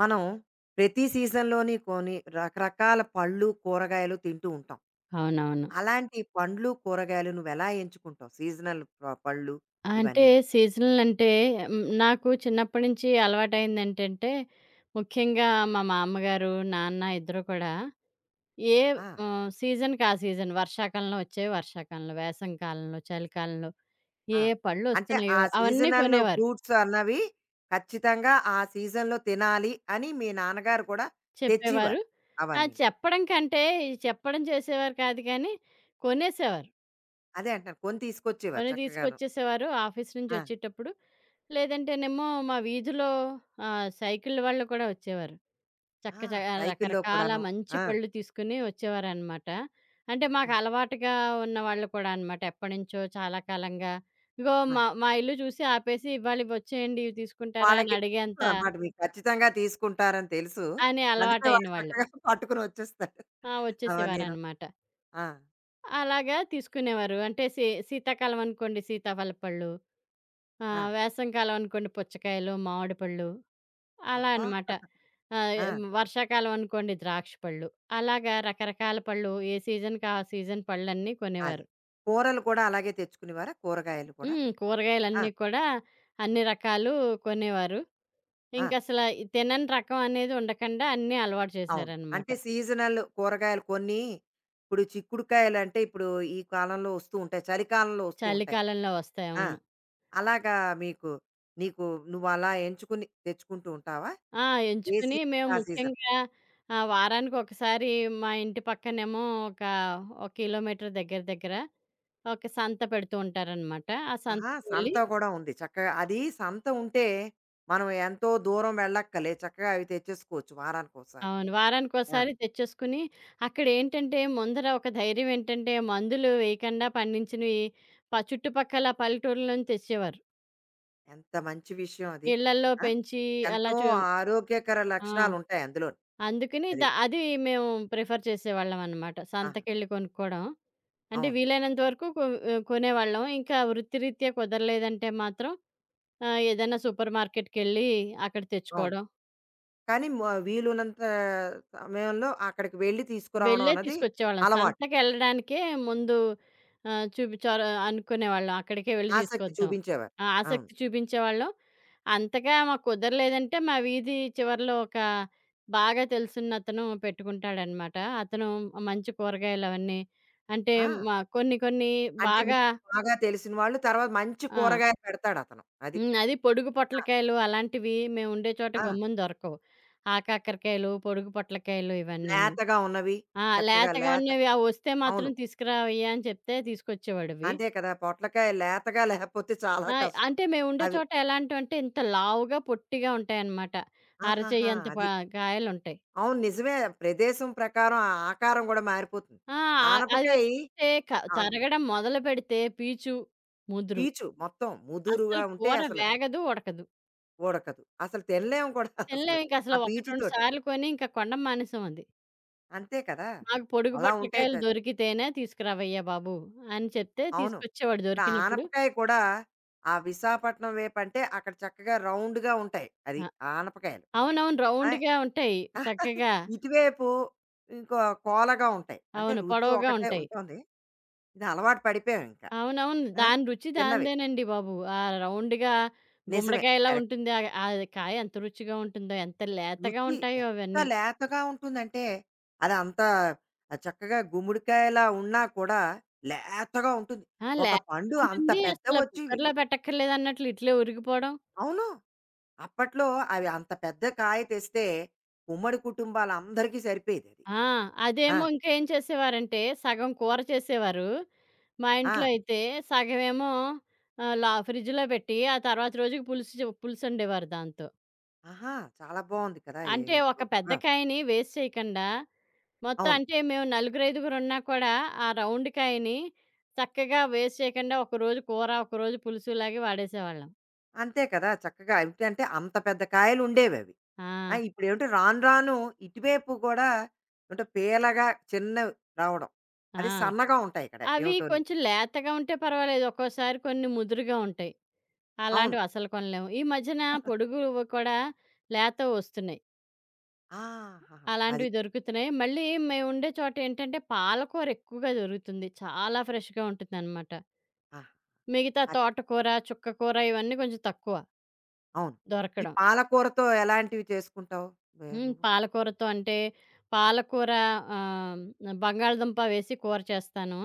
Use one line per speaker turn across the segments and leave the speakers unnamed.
మనం ప్రతి సీజన్‌లోని కొన్ని రకరకాల పళ్ళు, కూరగాయలు తింటూ ఉంటాం.
అవునవును.
అలాంటి పండ్లు, కూరగాయలు నువ్వెలా ఎంచుకుంటావు? సీజనల్ పళ్ళు
అంటే
ఇవన్నీను.
సీజనలంటే నాకు చిన్నప్పటి నుంచి అలవాటయిందేంటంటే, ముఖ్యంగా మా మామ్మగారు, నాన్న ఇద్దరు కూడా ఏ
ఆ!
సీజన్‌కి ఆ సీజన్ వర్షాకాలంలో వచ్చేవి వర్షాకాలంలో, వేసవి కాలంలో, చలికాలంలో
ఆ!
ఏ
అంటే ఆ
పళ్ళొస్తున్నాయో అవన్నీ
సీజనల్
కొనేవారు.
ఫ్రూట్స్ అన్నవి ఖచ్చితంగా ఆ సీజన్‌లో తినాలి అని మీ నాన్నగారు కూడా
చెప్పేవారు.
తెచ్చేవారు
ఆ
అవన్నీను.
చెప్పడం కంటే ఈ చెప్పడం చేసేవారు కాదు కానీ, కొనేసేవారు.
అదే అంటున్నాను. కొని తీసుకొచ్చేవారు
కొని
చక్కగాను.
తీసుకొచ్చేసేవారు ఆఫీస్ నుంచి
ఆ!
వచ్చేటప్పుడు. లేదంటేనేమో మా వీధిలో సైకిళ్ళు వాళ్ళు కూడా వచ్చేవారు. చక్క
ఆ!
చ
సైకిల్‌లో
రకరకాల
కూడాను.
మంచి
ఆ!
పళ్ళు తీసుకొని వచ్చేవారనమాట. అంటే
ఆ!
మాకు అలవాటుగా ఉన్న వాళ్ళు కూడా అనమాట. ఎప్పటినుంచో చాలా కాలంగా ఇగో
ఆ!
మా మా ఇల్లు చూసి ఆపేసి "ఇవాళ ఇవి వచ్చేయండి. ఇవి తీసుకుంటారా?" అని
వాళ్ళకి తెలుసు
అడిగేంత
అన్నమాట. మీరు ఖచ్చితంగా తీసుకుంటారని తెలుసు.
అని
అందుకే
అలవాటైన
వాడు
వాళ్ళు.
చక్కగా పట్టుకొని వచ్చేస్తాడు.
ఆ!
అవన్నీను.
వచ్చేసేవారనమాట.
ఆ!
అలాగా తీసుకునేవారు. అంటే శీతాకాలం అనుకోండి సీతాఫల పళ్ళు,
ఆ!
వేసవికాలం అనుకోండి పుచ్చకాయలు, మామిడి పళ్ళు అలా
అబ్బా!
అనమాట. ఆహ్,
ఆ!
హ్మ్. వర్షాకాలం అనుకోండి ద్రాక్ష పళ్ళు. అలాగా రకరకాల పళ్ళు ఏ సీజన్‌కి ఆ సీజన్ పళ్ళన్నీ
అదే.
కొనేవారు.
కూరలు కూడా అలాగే తెచ్చుకునేవారా? కూరగాయలు కూడా? ఆ!
కూరగాయలన్నీ కూడా అన్ని రకాలు కొనేవారు.
ఆ!
ఇంకసల ఈ తినని రకం అనేది ఉండకుండా అన్నీ అలవాటు
అవును.
చేశారనమాట.
అంటే సీజనల్ కూరగాయలు కొన్ని ఇప్పుడు చిక్కుడుకాయలంటే ఇప్పుడు ఈ కాలంలో వస్తూ ఉంటాయి. చలికాలంలో వస్తూ ఉంటాయి.
చలికాలంలో వస్తాయి.
ఆ!
అవును.
అలాగా మీకు నీకు నువ్వలా ఎంచుకుని తెచ్చుకుంటూ ఉంటావా?
ఆ!
ఏ
ఎంచుకుని
సీజన్‌కి
మేము
ఆ సీజన్.
ముఖ్యంగా వారానికి ఒకసారి మా ఇంటి పక్కనేమో ఒక, ఒక కిలోమీటర్ దగ్గర దగ్గర ఒక సంత పెడుతూ ఉంటారనమాట. ఆ
ఆహా! సంత
సంతకెళ్ళి
కూడా ఉంది. చక్కగా అది సంత ఉంటే, మనం ఎంతో దూరం వెళ్ళక్కర్లే. చక్కగా అవి తెచ్చేసుకోవచ్చు వారానికోసారి.
అవును.
ఆ!
వారానికోసారి తెచ్చేసుకుని, అక్కడేంటంటే ముందర ఒక ధైర్యం ఏంటంటే, మందులు వేయకండా పండించినవి చుట్టుపక్కల పల్లెటూరుల నుంచి తెచ్చేవారు.
ఎంత మంచి విషయం అది.
ఇళ్ళల్లో
ఆ!
పెంచి అలా
ఎంతో
చు
ఆరోగ్యకర
ఆ!
లక్షణాలుంటాయి అందులోని.
అందుకని
అది.
అది మేము ప్రిఫర్ చేసేవాళ్ళమనమాట.
ఆహా!
సంతకెళ్ళి కొనుక్కోవడం. అంటే
అవును.
వీలైనంత వరకు కొనేవాళ్ళం. ఇంకా వృత్తిరీత్యా కుదరలేదంటే మాత్రం ఏదైనా సూపర్ మార్కెట్‌కెళ్ళి అక్కడ
అవును.
తెచ్చుకోవడం.
కానీ వీలున్నంత సమయంలో అక్కడికి వెళ్లి తీసుకురావడం
వెళ్ళే
అన్నది
తీసుకొచ్చేవాళ్ళం.
అలవాటు.
సంతకెళ్ళడానికే ముందు చూపించారు అనుకునేవాళ్ళం. అక్కడికే వెళ్ళి
ఆసక్తి
తీసుకొద్దాం.
చూపించేవారు.
ఆ!
అవును.
ఆసక్తి చూపించేవాళ్ళం. అంతగా మాకు కుదరలేదంటే, మా వీధి చివరలో ఒక బాగా తెలుసున్నతను పెట్టుకుంటాడనమాట. అతను మంచి కూరగాయలవన్నీ అంటే,
ఆ!
మా కొన్ని కొన్ని
అంటే
బాగా
మీకు బాగా తెలిసిన వాళ్ళు తర్వాత మంచి
ఆ!
కూరగాయలు పెడతాడతను. అది.
అది పొడుగు
ఆ!
పొట్లకాయలు అలాంటివి మేముండే చోట
ఆ!
గమ్మున దొరకవు. ఆకాకరకాయలు, పొడుగు పొట్లకాయలు ఇవన్నీను.
లేతగా ఉన్నవి
ఆ!
చక్కగా
లేతగా
లేత
ఉన్నవి "అవి వస్తే మాత్రం
అవును.
తీసుకురావయ్యా" అని చెప్తే తీసుకొచ్చేవాడవి.
అంతే కదా! పొట్లకాయ లేతగా లేకపోతే చాలా
ఆ!
కష్టం.
అంటే మేముండే
అవి.
చోట ఎలాంటివంటే ఇంత లావుగా, పొట్టిగా ఉంటాయన్నమాట.
ఆహాహా!
అరచెయ్యంత ప
అది.
కాయలుంటాయి.
అవును నిజమే. ప్రదేశం ప్రకారం ఆ ఆకారం గూడా మారిపోతుంది.
ఆ! అది
ఆనపకాయ
వేస్తే క
అవును.
తరగడం మొదలుపెడితే పీచు, ముదురు.
పీచు మొత్తం
అస్సలు
ముదురుగా ఉంటే
కూర
అసలు
వేగదు, ఉడకదు.
ఉడకదు. అసలు తినలేము కూడా అసలు. ఆ
తినలేమింకసలు. 1, 2
పీచుతోటి.
సార్లు కొని ఇంక కొనడం మానేసాం అది.
అంతే కదా!
"మాకు పొడుగు
అలా ఉంటాయి
పొట్లకాయలు దొరికితేనే తీసుకురావయ్యా బాబూ" అని చెప్తే
అవును.
తీసుకొచ్చేవాడు
ఇప్పుడు
దొరికినప్పుడు.
ఆనపకాయ కూడా ఆ విశాఖపట్నం వేపంటే అక్కడ చక్కగా రౌండ్‌గా ఉంటాయి. అది
ఆ!
ఆనపకాయలు.
అవునవును.
ఆ!
రౌండ్‌గా ఉంటాయి
ఆనపకాయలు.
చక్కగా.
ఇటువైపు ఇంకో కోలగా ఉంటాయి. అంటే
అవును.
రుచి
పొడవుగా
ఒకటే
ఉంటాయి.
ఉంటుంది. ఇది అలవాటు పడిపోయాం ఇంకా.
అవునవును.
ఆ!
దాని రుచి
తిన్నవి.
దానిదేనండి బాబు. ఆ రౌండ్‌గా
నిజమే.
గుమ్మడికాయలా
కరెక్ట్.
ఉంటుంది. అది కాయ ఎంత రుచిగా ఉంటుందో, ఎంత లేతగా
రుచి
ఉంటాయో
ఎంత
అవన్నీ.
లేతగా ఉంటుందంటే, అది అంత చక్కగా గుమ్మడికాయలా ఉన్నా కూడా లేతగా ఉంటుంది.
ఆ!
ఒక పండు
లేతగా
అంత
ఉంటుంది. అసలు
పెద్దవొచ్చేవి.
కుక్కర్‌లో పెట్టక్కర్లేదన్నట్లు ఇట్లే ఉరిగిపోవడం.
అవును. అప్పట్లో అవి అంత పెద్ద కాయ తెస్తే ఉమ్మడి కుటుంబాలందరికీ సరిపోయేదది.
ఆ!
ఆ!
అదేమో ఇంకా ఏం చేసేవారంటే, సగం కూర చేసేవారు. మా ఇంట్లో
ఆ!
అయితే సగమేమో ఆహ్, లా ఫ్రిడ్జ్‌లో పెట్టి, ఆ తర్వాత రోజుకి పులుసు చే పులుసొండేవారు దాంతో.
ఆహా! చాలా బావుంది కదా! ఏ
అంటే
సో
ఒక పెద్ద
ఆ!
కాయని వేస్ట్ చేయకుండా, మొత్తం
అవును.
అంటే మేము నలుగురు, ఐదుగురున్నా కూడా ఆ రౌండ్ కాయని చక్కగా వేస్ట్ చేయకుండా ఒకరోజు కూర, ఒకరోజు పులుసులాగే వాడేసేవాళ్ళం.
అంతే కదా! చక్కగా ఏమిటంటే అంత పెద్ద కాయలుండేవి అవి. ఆ!
ఆ!
ఇప్పుడేమిటి రాను రాను ఇటువైపు కూడా అంటే పేలగా చిన్నవి రావడం.
ఆ!
అది సన్నగా ఉంటాయి ఇక్కడ
అవి
ఏమిటోని.
కొంచెం లేతగా ఉంటే పర్వాలేదు. ఒక్కోసారి కొన్ని ముదురుగా ఉంటాయి.
అవును.
అలాంటివి అసలు కొనలేము. ఈ మధ్యన పొడుగువి కూడా లేతవి వస్తున్నాయి.
ఆహాహా! అది.
అలాంటివి దొరుకుతున్నాయి. మళ్ళీ మేముండే చోట ఏంటంటే పాలకూర ఎక్కువగా దొరుకుతుంది. చాలా ఫ్రెష్‌గా ఉంటుందనమాట.
ఆహా!
మిగతా
అది.
తోటకూర, చుక్కకూర ఇవన్నీ కొంచెం తక్కువ
అవును. ఈ
దొరకడం.
పాలకూరతో ఎలాంటివి చేసుకుంటావు? నువ్వు?
పాలకూరతో అంటే పాలకూర ఆహ్, బంగాళదుంప వేసి కూర చేస్తాను.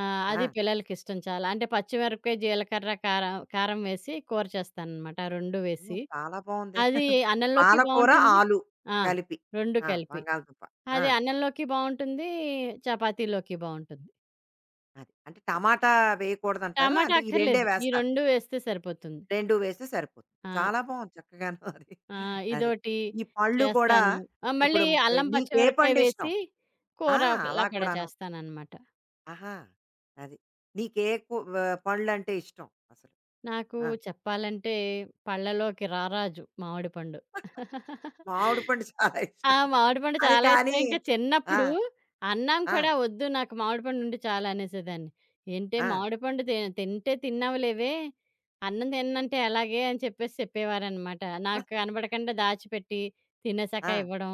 అది
ఆ!
పిల్లలకిష్టం చాలా. అంటే పచ్చిమిరపకాయ, జీలకర్ర, కారం కారం వేసి కూర చేస్తాననమాట. ఆ 2
అమ్మో!
వేసి.
చాలా బావుందే.
అది అన్నంలోకి
పాలకూర,
బావుంటుంది
ఆలు
ఆ!
కలిపి.
2
ఆ!
కలిపి.
బంగాళదుంప. ఆ!
అది అన్నంలోకి బావుంటుంది, చపాతీలోకి బావుంటుంది.
అది. అంటే టమాటా వేయకూడదంటారు.
టమాటా
అంటే ఈ రెండే
అక్కర్లేదు. ఈ
వేస్తారు.
2 వేస్తే సరిపోతుంది.
2 వేస్తే సరిపోతుంది.
ఆ!
చాలా బావుంది చక్కగాను అది.
ఆ!
అది.
ఇదోటి
ఈ పళ్ళు కూడా
చేస్తాను. ఆ!
ఇప్పుడు
మళ్ళీ అల్లం
నీకే
పచ్చిమిరపకాయ
పండు ఇష్టం?
వేసి
ఆ!
కూర ఒకలా
అలా
కూడా
కూడాను.
చేస్తాననమాట.
ఆహా! అది. నీకే కు వ పండ్లంటే ఇష్టం అసలు?
నాకు
ఆ!
చెప్పాలంటే పళ్ళలోకి రారాజు మామిడి పండు.
మామిడి పండు చాలా
ఆ!
ఇష్టం.
మామిడి పండు
అది
చాలా ఇష్టం.
కానీ
ఇంకా
ఆ!
చిన్నప్పుడు అన్నం
ఆ!
కూడా వద్దు నాకు మామిడి పండు ఉంటే చాలు అనేసేదాన్ని. ఏంటే
ఆ!
మామిడి పండు తింటే తిన్నావులేవే, అన్నం తిననంటే ఎలాగే అని చెప్పేసి చెప్పేవారనమాట. నాకు కనపడకుండా దాచిపెట్టి తినేసాక
ఆ!
ఇవ్వడం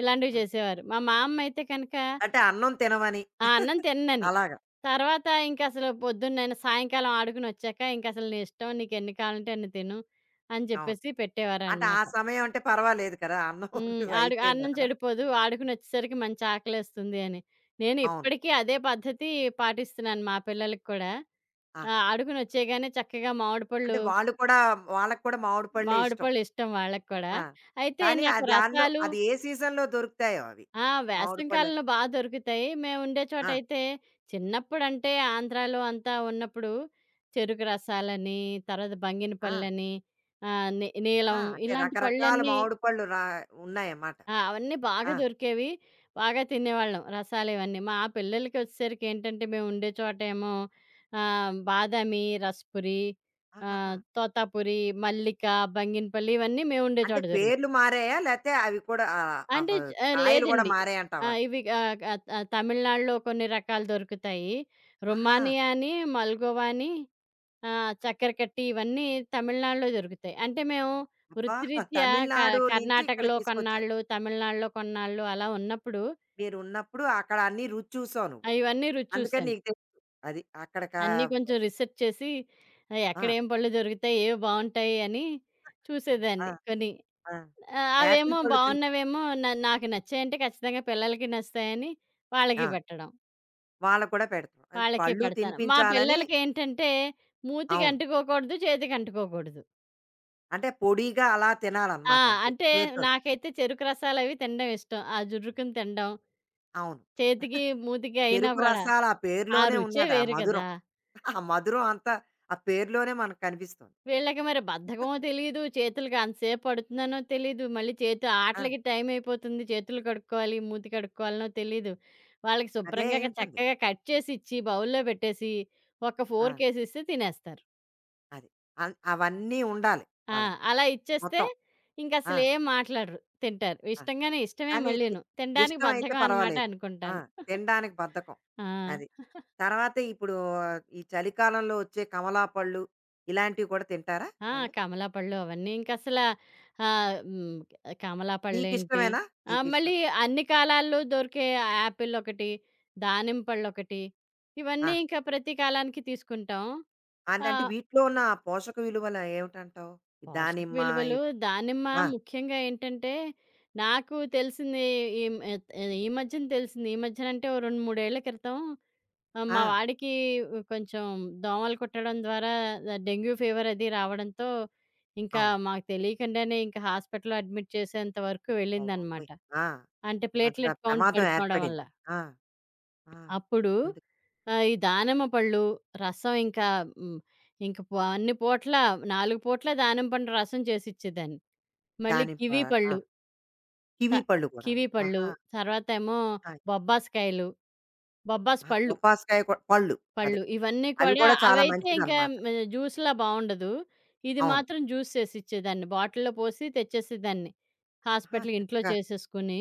ఇలాంటివి
ఆ!
చేసేవారు. మా మా అమ్మ అయితే కనుక
అంటే అన్నం తినవని
ఆ! అన్నం తిననని.
అలాగా.
తర్వాత ఇంకసలు పొద్దున్నైనా సాయంకాలం ఆడుకొనొచ్చాక ఇంకసలు నీ ఇష్టం నీకెన్ని కావాలంటే అన్ని తిను అని
అవును.
చెప్పేసి
అంటే ఆ
పెట్టేవారనమాట.
సమయం అంటే పర్వాలేదు కదా! అన్నం అంటూ
ఆడు అన్నం
అయిపోయిందక్కడ.
చెడిపోదు ఆడుకొనొచ్చేసరికి మంచి ఆకలేస్తుంది అని. నేను
అవును.
ఇప్పటికీ అదే పద్ధతి పాటిస్తున్నాను మా పిల్లలకి కూడా. ఆ!
ఆహా!
ఆడుకొనొచ్చేయగానే చక్కగా మామిడి
అంటే
పళ్ళు,
వాళ్ళు కూడా వాళ్ళకి కూడా మామిడి పళ్ళే
మామిడి
ఇష్టం.
పళ్ళు ఇష్టం వాళ్ళకి కూడా.
ఆ!
అయితే
కానీ ఆ
నాకు
దానిలో
రసాలు
అది ఏ సీజన్‌లో దొరుకుతాయో అవి.
ఆ!
మామిడి
వేసవి
పళ్ళు
కాలంలో దొరుకుతాయి. మేముండే
ఆ!
చోటైతే చిన్నప్పుడంటే ఆంధ్రాలో అంతా ఉన్నప్పుడు చెరుకు రసాలని, తర్వాత
ఆ!
బంగినపళ్ళని, ఆహ్, నీ
ఆహా!
నీలం
అంటే
ఇలాంటి
రకరకాల
పళ్ళన్నీ
మామిడి పళ్ళు ఉన్నాయన్నమాట.
ఆ! అవన్నీ బాగా
ఆ!
దొరికేవి. బాగా తినేవాళ్ళం రసాలివన్నీ. మా పిల్లలకొచ్చేసరికి ఏంటంటే మేముండే చోటేమో బాదామి, రసపురి,
ఆహాహా!
తోతాపురి, మల్లిక, బంగినపల్లి ఇవన్నీ మేముండే
అంటే
చోట
పేర్లు
దొరుకుతాయి.
మారాయా? లేతే అవి కూడా ఆహ్, అవ కాయలు కూడా
లేదండి. ఆ!
మారాయంటావా?
ఇవి ఆహ్, క ఆహ్, తమిళనాడులో కొన్ని రకాలు దొరుకుతాయి.
ఆహా!
రుమానియా అని, మల్గోవా అని, చక్కెర కట్టి ఇవన్నీ తమిళనాడులో దొరుకుతాయి. అంటే మేము
అబ్బా!
వృత్తిరీత్యా క
తమిళనాడు నుంచి ఇక్కడ
కర్ణాటకలో
తీసుకొచ్చారు.
కొన్నాళ్ళు, తమిళనాడులో కొన్నాళ్ళు అలా ఉన్నప్పుడు
మీరున్నప్పుడు అక్కడ అన్నీ రుచి చూసావు నువ్వు.
ఇవన్నీ రుచి
అందుకని
చూశాను.
నీకు తెలుసు. అది అక్కడ కా
అన్నీ కొంచెం రిసెర్చ్ చేసి
ఆ!
ఎక్కడ ఏం పళ్ళు దొరుకుతాయి, ఏవి బావుంటాయి అని
ఆ!
చూసేదాన్ని కొని.
ఆ! యాపిల్
అవేమో
పళ్ళు తిన్
బావున్నవేమో నాకు నచ్చాయంటే ఖచ్చితంగా పిల్లలకి నచ్చుతాయని వాళ్ళకి
ఆ!
పెట్టడం.
వాళ్ళకి కూడా పెడతాం. అది
వాళ్ళకి
పళ్ళు
పెడతాను. మా
తినిపించాలని
పిల్లలకేంటంటే మూతికి
అవును.
అంటుకోకూడదు, చేతికి అంటుకోకూడదు.
అంటే పొడిగా అలా
ఆ!
తినాలన్నమాట అంతే.
అంటే
చేత్తోటి.
నాకైతే చెరుకు రసాలవి తినడం ఇష్టం. ఆ జుర్రుకుని తినడం.
అవును.
చేతికి, మూతికి అయినా
చెరుకు
కూడా.
రసాలు ఆ
ఆ
పేరులోనే
రుచే
ఉన్నాది ఆ
వేరు
మధురం.
కదా!
ఆ మధురం అంతా ఆ పేరులోనే మనకు కనిపిస్తుంది.
వీళ్ళకి మరి బద్ధకమో తెలీదు, చేతులకి అంతసేపు పడుతుందనో తెలీదు, మళ్ళీ చేతి
ఆ!
ఆటలకి టైం అయిపోతుంది, చేతులు కడుక్కోవాలి, మూతి కడుక్కోవాలనో తెలీదు. వాళ్ళకి
అదే
శుభ్రంగా
అయ్యుంటుంది.
చక్కగా కట్ చేసిచ్చి, బౌల్‌లో పెట్టేసి, ఒక
ఆ!
ఫోర్కేసిస్తే తినేస్తారు.
అది. అవన్నీ ఉండాలి
ఆ!
వాళ్ళకి.
అలా ఇచ్చేస్తే
మొత్తం. ఆ!
ఇంకసలు ఏం మాట్లాడరు. తింటారు.
ఆ!
ఇష్టంగానే ఇష్టమే
కానీ
మళ్ళీను. తినడానికి
ఇష్టమైతే
బద్ధకం అనమాట
పర్వాలేదు. ఆ!
అనుకుంటాను.
తినడానికి బద్ధకం.
ఆ!
అది. తర్వాత ఇప్పుడు ఈ చలికాలంలో వచ్చే కమలా పళ్ళు ఇలాంటివి కూడా తింటారా
ఆ!
వాళ్ళు?
కమలాపళ్ళు అవన్నీ ఇంకసల ఆహ్, హ్మ్. కమలాపళ్ళేంటి
నీకిష్టమేనా?
ఆ!
నీకిష్టం.
మళ్ళీ అన్ని కాలాల్లో దొరికే యాపిల్ ఒకటి, దానిమ్మ పళ్ళొకటి
ఆ!
ఇవన్నీ ఇంకా ప్రతి కాలానికి తీసుకుంటాం.
అంటే
ఆ!
అంటే వీటిలో ఉన్న ఆ పోషక విలువలు ఏమిటంటావు? ఈ
పోషక
దానిమ్మ ఈ
విలువలు
ప-
దానిమ్మ
ఆ!
ముఖ్యంగా ఏంటంటే, నాకు తెలిసింది ఈ మ్ ఎత్ ఈ మధ్యన తెలిసింది. ఈ మధ్యన అంటే ఓ 2, 3 ఏళ్ల క్రితం
ఆ!
మా వాడికి కొంచెం దోమలు కుట్టడం ద్వారా డెంగ్యూ ఫీవర్ అది రావడంతో, ఇంకా
అవును.
మాకు తెలియకుండానే ఇంకా హాస్పిటల్‌లో అడ్మిట్ చేసేంత వరకు
అమ్మ బాబోయ్!
వెళ్ళిందనమాట.
ఆ!
అంటే
అంత
ప్లేట్‌లెట్ కౌంట్
ప్రమాదం
పడిపోవడం వల్ల.
ఏర్పడింది. ఆ! ఆ!
అప్పుడు
అందుకే
ఈ దానిమ్మ పళ్ళు, రసం ఇంకా హ్మ్. ఇంక అన్ని పూట్ల 4 పూట్ల దానిమ్మ పండు రసం చేసిచ్చేదాన్ని. మళ్ళీ
దానిమ్మ
కివి
ఆ!
పళ్ళు త
కివి పళ్ళు కూడాను.
కివి పళ్ళు,
ఆహా!
తర్వాతేమో
ఆ!
బొబ్బాసకాయలు, బొబ్బాస్
ఆ!
పళ్ళు
బొప్పాస్కాయ కూడా పళ్ళు అదే.
పళ్ళు ఇవన్నీ
అవి
కూడా
కూడా చాలా
అవైతే ఇంకా
మంచిదనమాట.
జ్యూస్‌లా బావుండదు. ఇది
అవును.
మాత్రం జ్యూస్ చేసిచ్చేదాన్ని. బాటిల్‌లో పోసి తెచ్చేసేదాన్ని.
ఆహా!
హాస్పిటల్ ఇంట్లో
చక్కగా
చేసేసుకుని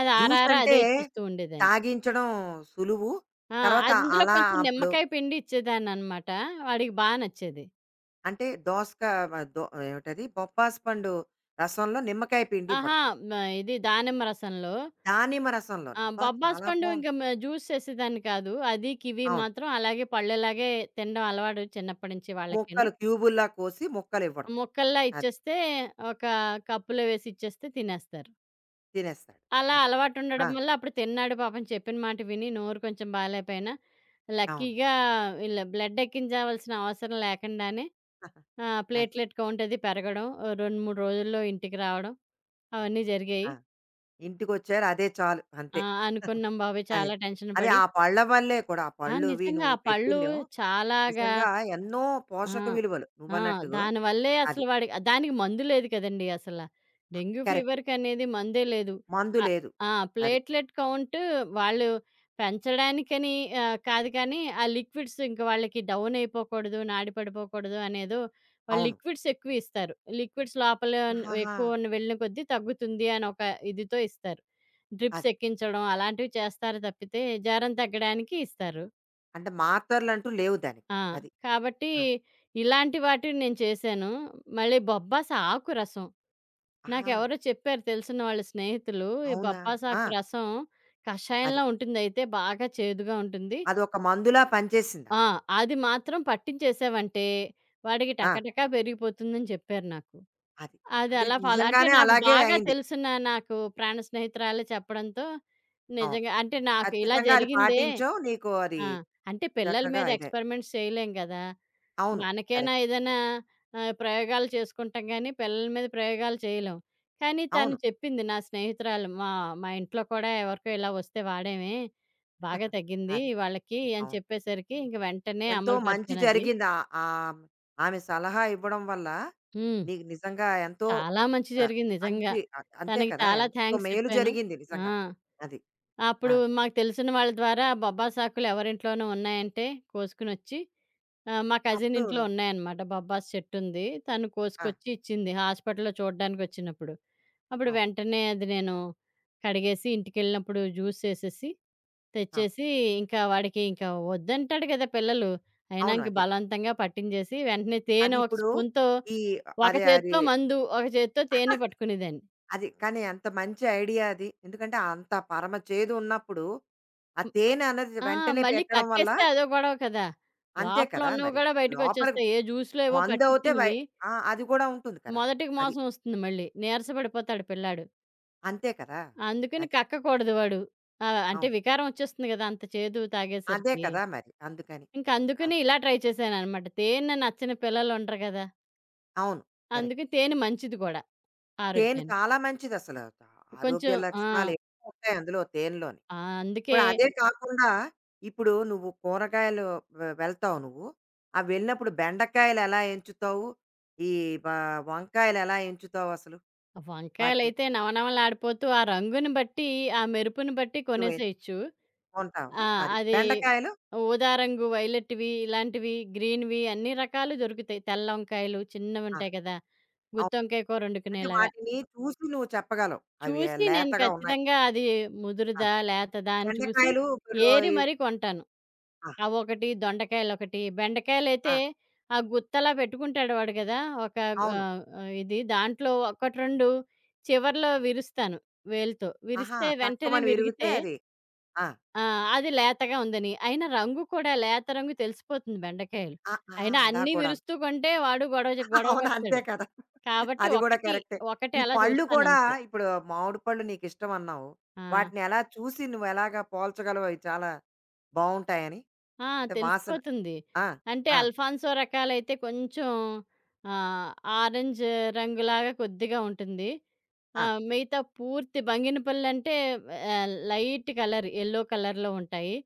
అది
జ్యూస్
ఆరారా
అంటే
అదే ఇచ్చేస్తూ ఉండేదాన్ని.
తాగించడం సులువు.
ఆ!
తర్వాత
అందులో
అలా
కొంచెం
అప్పుడు
నిమ్మకాయ పిండి ఇచ్చేదాన్ననమాట. వాడికి నచ్చేది.
అంటే దోసకా మ దొ ఏమిటది బొప్పాసి పండు రసంలో నిమ్మకాయ పిండి ఇవ్వడం.
అహా! మ ఇది దానిమ్మ రసంలో
దానిమ్మ రసంలోన.
ఆ!
అబ్బా!
బొబ్బాస్
చాలా
పండు
బావుంది.
ఇంక జ్యూస్ చేసేదాన్ని కాదు. అది, కివి
అవును.
మాత్రం అలాగే పళ్ళులాగే తినడం అలవాటు చిన్నప్పటి నుంచి వాళ్ళకిను.
ముక్కలు క్యూబుల్లా కోసి ముక్కలివ్వడం.
ముక్కల్లా
అది.
ఇచ్చేస్తే ఒక కప్పులో వేసి ఇచ్చేస్తే తినేస్తారు.
తినేస్తాడు.
అలా
అది. ఆ!
అలవాటుండడం వల్ల అప్పుడు తిన్నాడు పాపం చెప్పిన మాట విని నోరు కొంచెం బాలేపోయినా
అవును.
లక్కీగా ఇలా బ్లడ్ ఎక్కించాల్సిన అవసరం లేకుండానే ఆ!
అది.
ప్లేట్‌లెట్ కౌంట్ అది పెరగడం. ఓ 2, 3 రోజుల్లో ఇంటికి రావడం అవన్నీ
అమ్మో!
జరిగాయి.
ఆ! ఇంటికొచ్చారు అదే చాలు.
ఆ!
అంతే.
అనుకున్నాం బాబోయ్!
అదే.
చాలా టెన్షన్
అదే
పడి
ఆ పళ్ళ వల్లే కూడా ఆ
ఆ!
పళ్ళు అవి
నిజంగా
నువ్వు
ఆ పళ్ళు
పెట్టిందేమో
చాలాగా
నిజంగా ఎన్నో
ఆ!
పోషక విలువలు
ఆ!
నువ్వన్నట్టుగా.
దానివల్లే
అది.
అసలు వాడికి దానికి మందు లేదు కదండీ అసల.
ఆ!
Dengue
correct.
ఫీవర్‌కనేది మందే లేదు.
మందు
అ
లేదు.
ఆ!
అది.
ప్లేట్‌లెట్ కౌంట్ వాళ్ళు పెంచడానికని కాదు కానీ, ఆ లిక్విడ్స్ ఇంక వాళ్ళకి డౌన్ అయిపోకూడదు, నాడి పడిపోకూడదు అనేదో వాళ్ళు
అవును.
లిక్విడ్స్ ఎక్కువ ఇస్తారు. లిక్విడ్స్ లోపల
ఆహాహా!
ఎక్కువ వెళ్ళిన కొద్దీ తగ్గుతుంది అని ఒక ఇదితో ఇస్తారు. డ్రిప్స్
అది.
ఎక్కించడం అలాంటివి చేస్తారు తప్పితే, జ్వరం తగ్గడానికి ఇస్తారు.
అంటే మాత్రలంటూ లేవు దానికి.
ఆ!
అది.
కాబట్టి
ఆ!
ఇలాంటి వాటిని నేను చేశాను. మళ్ళీ బొబ్బాస ఆకు రసం.
ఆహా!
నాకెవరో చెప్పారు తెలిసిన వాళ్ళ స్నేహితులు. ఈ
అవునా! ఆ!
బొబ్బాసాకు రసం
అది.
కషాయంలా ఉంటుందయితే బాగా చేదుగా ఉంటుంది.
అదొక మందులా పనిచేసింది
ఆ!
అక్కడ.
అది మాత్రం పట్టించేసావంటే వాడికి
ఆ!
టకటకా పెరిగిపోతుందని చెప్పారు నాకు.
అది.
అది
అది
అలా ఫాలో అంటే
నిజంగానే
నాకు
అలాగే
బాగా
అయింది.
తెలిసిన నాకు ప్రాణ స్నేహితురాలే చెప్పడంతో
అవును.
నిజంగా అంటే నాకు ఇలా
ఖచ్చితంగా అది
జరిగిందే
పాటించావు. నీకు అది
ఆ! అంటే పిల్లల
చక్కగా
మీద
ఇదే.
ఎక్స్‌పెరిమెంట్స్ చేయలేం గదా!
అవును.
మనకైనా
కరెక్ట్.
ఏదైనా ప్రయోగాలు చేసుకుంటాం గానీ, పిల్లల మీద ప్రయోగాలు చేయలేం. కానీ తను
అవును.
చెప్పింది నా స్నేహితురాలు, "మా మా ఇంట్లో కూడా ఎవరికో ఇలా వస్తే వాడామే. బాగా తగ్గింది
అదే.
వాళ్ళకి" అని
అవును.
చెప్పేసరికి ఇంక వెంటనే
ఎంతో
అమలు
మంచి
పరిచానది.
జరిగింది. ఆహ్, ఆహ్, ఆమె సలహా ఇవ్వడం వల్ల
హ్మ్.
నీకు నిజంగా ఎంతో
చాలా మంచి
ఆహ్,
జరిగింది నిజంగా.
మంచి అంతే
తనకి
కదా!
చాలా
ఎంతో
థాంక్స్
మేలు
చెప్పాను.
జరిగింది
ఆ!
నిజంగా. అది. ఆ!
అప్పుడు మాకు తెలిసిన వాళ్ళ ద్వారా బొబ్బా సాకులు ఎవరింట్లోనో ఉన్నాయంటే కోసుకొనొచ్చి ఆ! మా కజిన్
అప్పుడు
ఇంట్లో
నువ్వు
ఉన్నాయన్నమాట. బొబ్బాస్ చెట్టుంది. తను
ఆ!
కోసుకొచ్చి ఇచ్చింది హాస్పిటల్‌లో చూడ్డానికొచ్చినప్పుడు. అప్పుడు
అవును.
వెంటనే అది నేను కడిగేసి ఇంటికెళ్ళినప్పుడు జ్యూస్ చేసేసి,
అవును.
తెచ్చేసి ఇంకా వాడికి ఇంకా వద్దంటాడు కదా! పిల్లలు. అయినా
అవును.
ఇంక
అదే.
బలవంతంగా పట్టించేసి వెంటనే
అది
తేనె ఒక
ఇప్పుడు
స్పూన్‌తో
ఈ
ఒక
అదే అది
చేత్తో మందు, ఒక చేత్తో తేనె పట్టుకునేదాన్ని.
అది కానీ అంత మంచి ఐడియా అది. ఎందుకంటే అంత పరమ చేదు ఉన్నప్పుడు, ఆ
హ్మ్.
తేనె అన్నది
ఆ!
వెంటనే
మళ్ళీ
పెట్టడం వల్ల
కక్కేస్తే అదో గొడవ కదా!
అంతే
లోపల
కదా
ఉన్నవి
మరి.
కూడా
లోపలికి
బయటకొచ్చేస్తాయి. ఏ జ్యూస్‌లో ఏవో
మందవుతే బయ
పట్టిచ్చినవి
ఆ! అది కూడా ఉంటుంది కదా!
మొదటికి
అది.
మోసం వస్తుంది మళ్ళీ. నీరసపడిపోతాడు పిల్లాడు.
అంతే కదా!
అందుకని
అది.
కక్కకూడదు వాడు. ఆ! అంటే
అవును.
వికారం వచ్చేస్తుంది గదా! అంత చేదు
అదే
తాగేసరికి.
కదా మరి. అందుకని.
ఇంక
ఆ!
అందుకని ఇలా ట్రై చేశాననమాట. తేనె నచ్చని పిల్లలుండరు గదా!
అవును. కరెక్ట్.
అందుకే తేనె మంచిది గూడా
తేనె
ఆరోగ్యానికి.
చాలా మంచిదసలు. ఆరోగ్య
కొంచెం ఆ!
లక్షణాలు ఎక్కువ ఉంటాయి అందులో తేనెలోని.
ఆ! అందుకే
ఇప్పుడు అదే కాకుండా ఇప్పుడు నువ్వు కూరగాయలు వెళ్తావు నువ్వు ఆ వెళ్ళినప్పుడు బెండకాయలు ఎలా ఎంచుతావు ఈ బ- వంకాయలు ఎలా ఎంచుతావు అసలు వాటిని
వంకాయలైతే నవనవలాడిపోతూ ఆ రంగుని బట్టి, ఆ మెరుపుని బట్టి
నువ్వు
కొనేసేయొచ్చు.
కొంటావా
ఆ!
అది
అది
బెండకాయలు
ఊదా రంగు, వైలెట్‌వి, ఇలాంటివి, గ్రీన్‌వి అన్ని రకాలు దొరుకుతాయి. తెల్ల వంకాయలు
ఆ,
చిన్నవుంటాయి గదా!
అవును.
గుత్తొంకాయ కూర
అంటే
వండుకునేలాగా.
వాటిని చూసి నువ్వు చెప్పగలవు అవి
చూసి నేను
లేతగా ఉన్నాయి
ఖచ్చితంగా అది
ఆ,
ముదురుదా, లేతదా అని చూసి
బెండకాయలు ఇప్పుడు
ఏరి
ఈ-
మరీ కొంటాను.
ఆ,
అవొకటి, దొండకాయలొకటి,
ఆ,
బెండకాయలైతే ఆ గుత్తలా పెట్టుకుంటాడు వాడు కదా! ఒక
అవును
ఇది దాంట్లో 1, 2 చివర్లో విరుస్తాను వేలుతో.
ఆహా
విరిస్తే వెంటనే
తక్కువని విరిగితే
విరిగితే
అది ఆ,
ఆ! అది లేతగా ఉందని. అయినా రంగు కూడా లేత రంగు తెలిసిపోతుంది బెండకాయలు.
ఆ, ఆ,
అయినా
అలా
అన్నీ
కూడా
విరుస్తూ కొంటే వాడు
అవును. అంతే
గొడవకొస్తాడు.
కదా!
కాబట్టి
అది గూడా
ఒకటి,
కరెక్టే.
ఒకటి
ఈ
అలా
పళ్ళు కూడా
చూస్తానంతే.
ఇప్పుడు మామిడి పళ్ళు నీకిష్టం అన్నావు.
ఆ!
వాటిని ఎలా చూసి నువ్వెలాగా పోల్చగలవు అవి చాలా బావుంటాయని?
ఆ!
అంటే వాసన
తెలిసిపోతుంది.
ఆ!
అంటే
ఆ!
అల్ఫాన్సో రకాలైతే కొంచెం ఆహ్, ఆరెంజ్ రంగులాగా కొద్దిగా ఉంటుంది.
ఆ!
మిగతా పూర్తి బంగినపల్లంటే లైట్ కలర్ యెల్లో కలర్‌లో ఉంటాయి.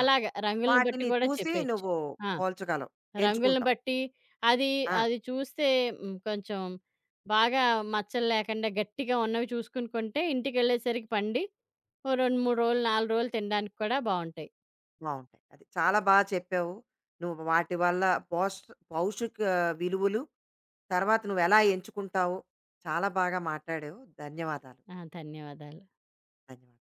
ఆ!
రంగులను బట్టి
వాటిని
కూడా
చూసి
చెప్పేయొచ్చు.
నువ్వు
ఆ!
పోల్చగలవు.
రంగులను
ఎంచుకుంటావు.
బట్టి అది
ఆ!
అది చూస్తే కొంచెం బాగా మచ్చలు లేకుండా గట్టిగా ఉన్నవి చూసుకుని కొంటే ఇంటికెళ్ళేసరికి పండి ఓ 2, 3 రోజులు, 4 రోజులు తినడానికి కూడా బావుంటాయి.
బావుంటాయి. అది చాలా బా చెప్పావు. నువ్వు వాటి వల్ల పోష్ పౌషిక విలువలు, తర్వాత నువ్వెలా ఎంచుకుంటావు, చాలా బాగా మాట్లాడావు. ధన్యవాదాలు.
ఆ! ధన్యవాదాలు.
ధన్యవాదాలు.